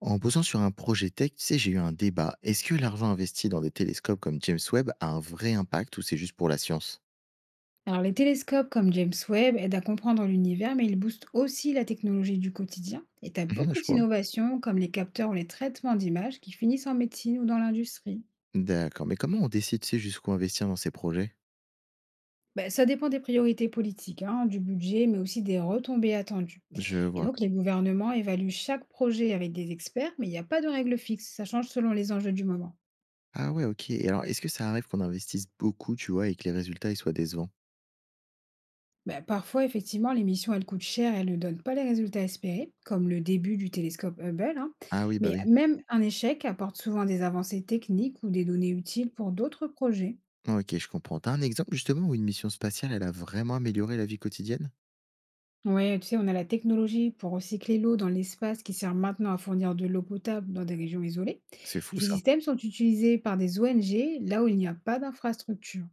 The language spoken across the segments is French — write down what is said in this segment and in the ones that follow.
En me posant sur un projet tech, tu sais, j'ai eu un débat. Est-ce que l'argent investi dans des télescopes comme James Webb a un vrai impact ou c'est juste pour la science? Alors, les télescopes comme James Webb aident à comprendre l'univers, mais ils boostent aussi la technologie du quotidien. Et tu as Mhm. Ah, beaucoup je crois. d'innovations comme les capteurs ou les traitements d'images qui finissent en médecine ou dans l'industrie. D'accord. Mais comment on décide, tu sais, jusqu'où investir dans ces projets? Ben, ça dépend des priorités politiques, hein, du budget, mais aussi des retombées attendues. Je Et vois. donc, les gouvernements évaluent chaque projet avec des experts, mais il n'y a pas de règle fixe, ça change selon les enjeux du moment. Ah ouais, ok. Et alors, est-ce que ça arrive qu'on investisse beaucoup, tu vois, et que les résultats, ils soient décevants? Bah, parfois, effectivement, les missions, elles coûtent cher et elles ne donnent pas les résultats espérés, comme le début du télescope Hubble, hein. Ah oui, bah Mais oui. même un échec apporte souvent des avancées techniques ou des données utiles pour d'autres projets. Ok, je comprends. T'as un exemple justement où une mission spatiale, elle a vraiment amélioré la vie quotidienne? Oui, tu sais, on a la technologie pour recycler l'eau dans l'espace qui sert maintenant à fournir de l'eau potable dans des régions isolées. C'est Et fou ces ça. systèmes sont utilisés par des ONG là où il n'y a pas d'infrastructure.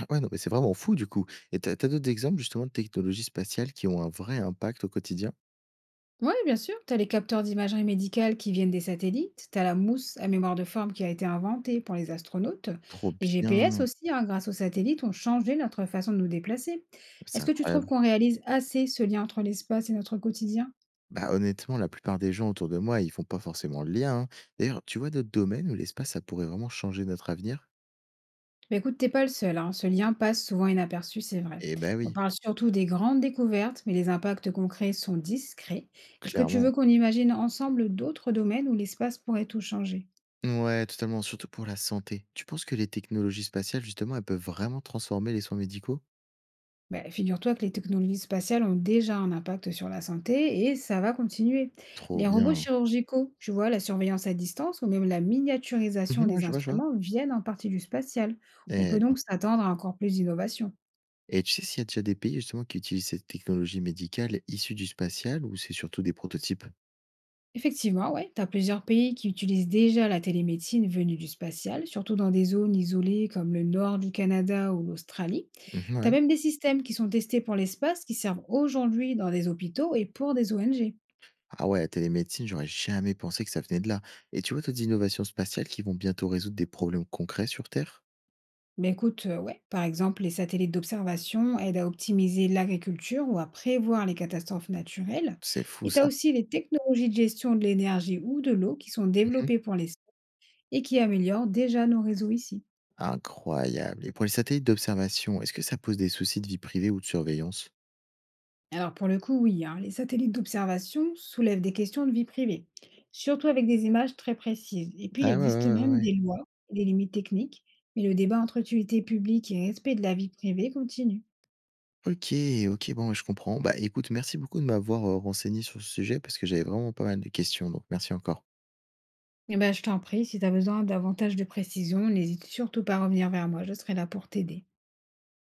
Ah ouais, non, mais c'est vraiment fou du coup. Et t'as d'autres exemples justement de technologies spatiales qui ont un vrai impact au quotidien? Oui, bien sûr. Tu as les capteurs d'imagerie médicale qui viennent des satellites, tu as la mousse à mémoire de forme qui a été inventée pour les astronautes, Trop les GPS bien. aussi, hein, grâce aux satellites, ont changé notre façon de nous déplacer. C'est Est-ce que tu trouves incroyable. qu'on réalise assez ce lien entre l'espace et notre quotidien? Bah, honnêtement, la plupart des gens autour de moi, ils font pas forcément le lien, hein. D'ailleurs, tu vois d'autres domaines où l'espace, ça pourrait vraiment changer notre avenir? Bah écoute, t'es pas le seul, hein, ce lien passe souvent inaperçu, c'est vrai. Eh ben On oui, parle surtout des grandes découvertes, mais les impacts concrets sont discrets. Est-ce que tu clairement. veux qu'on imagine ensemble d'autres domaines où l'espace pourrait tout changer? Ouais, totalement, surtout pour la santé. Tu penses que les technologies spatiales, justement, elles peuvent vraiment transformer les soins médicaux? Bah, figure-toi que les technologies spatiales ont déjà un impact sur la santé et ça va continuer. Trop Les robots bien. chirurgicaux, tu vois, la surveillance à distance ou même la miniaturisation Mhm, ouais, des je vois, je vois. instruments viennent en partie du spatial. On Eh peut ben. donc s'attendre à encore plus d'innovation. Et tu sais s'il y a déjà des pays, justement, qui utilisent cette technologie médicale issue du spatial ou c'est surtout des prototypes? Effectivement, ouais, tu as plusieurs pays qui utilisent déjà la télémédecine venue du spatial, surtout dans des zones isolées comme le nord du Canada ou l'Australie. Mhm, Tu as ouais. même des systèmes qui sont testés pour l'espace qui servent aujourd'hui dans des hôpitaux et pour des ONG. Ah ouais, la télémédecine, j'aurais jamais pensé que ça venait de là. Et tu vois d'autres innovations spatiales qui vont bientôt résoudre des problèmes concrets sur Terre? Mais écoute, ouais, par exemple, les satellites d'observation aident à optimiser l'agriculture ou à prévoir les catastrophes naturelles. C'est fou Et tu ça. as aussi les technologies de gestion de l'énergie ou de l'eau qui sont Mmh. développées pour les et qui améliorent déjà nos réseaux ici. Incroyable. Et pour les satellites d'observation, est-ce que ça pose des soucis de vie privée ou de surveillance? Alors pour le coup, oui, hein, les satellites d'observation soulèvent des questions de vie privée, surtout avec des images très précises. Et puis, il Ah ouais, existe ouais, ouais, même ouais. des lois et des limites techniques, mais le débat entre utilité publique et respect de la vie privée continue. OK, OK, bon, je comprends. Bah, écoute, merci beaucoup de m'avoir, renseigné sur ce sujet parce que j'avais vraiment pas mal de questions, donc merci encore. Eh ben, je t'en prie, si tu as besoin davantage de précision, n'hésite surtout pas à revenir vers moi, je serai là pour t'aider.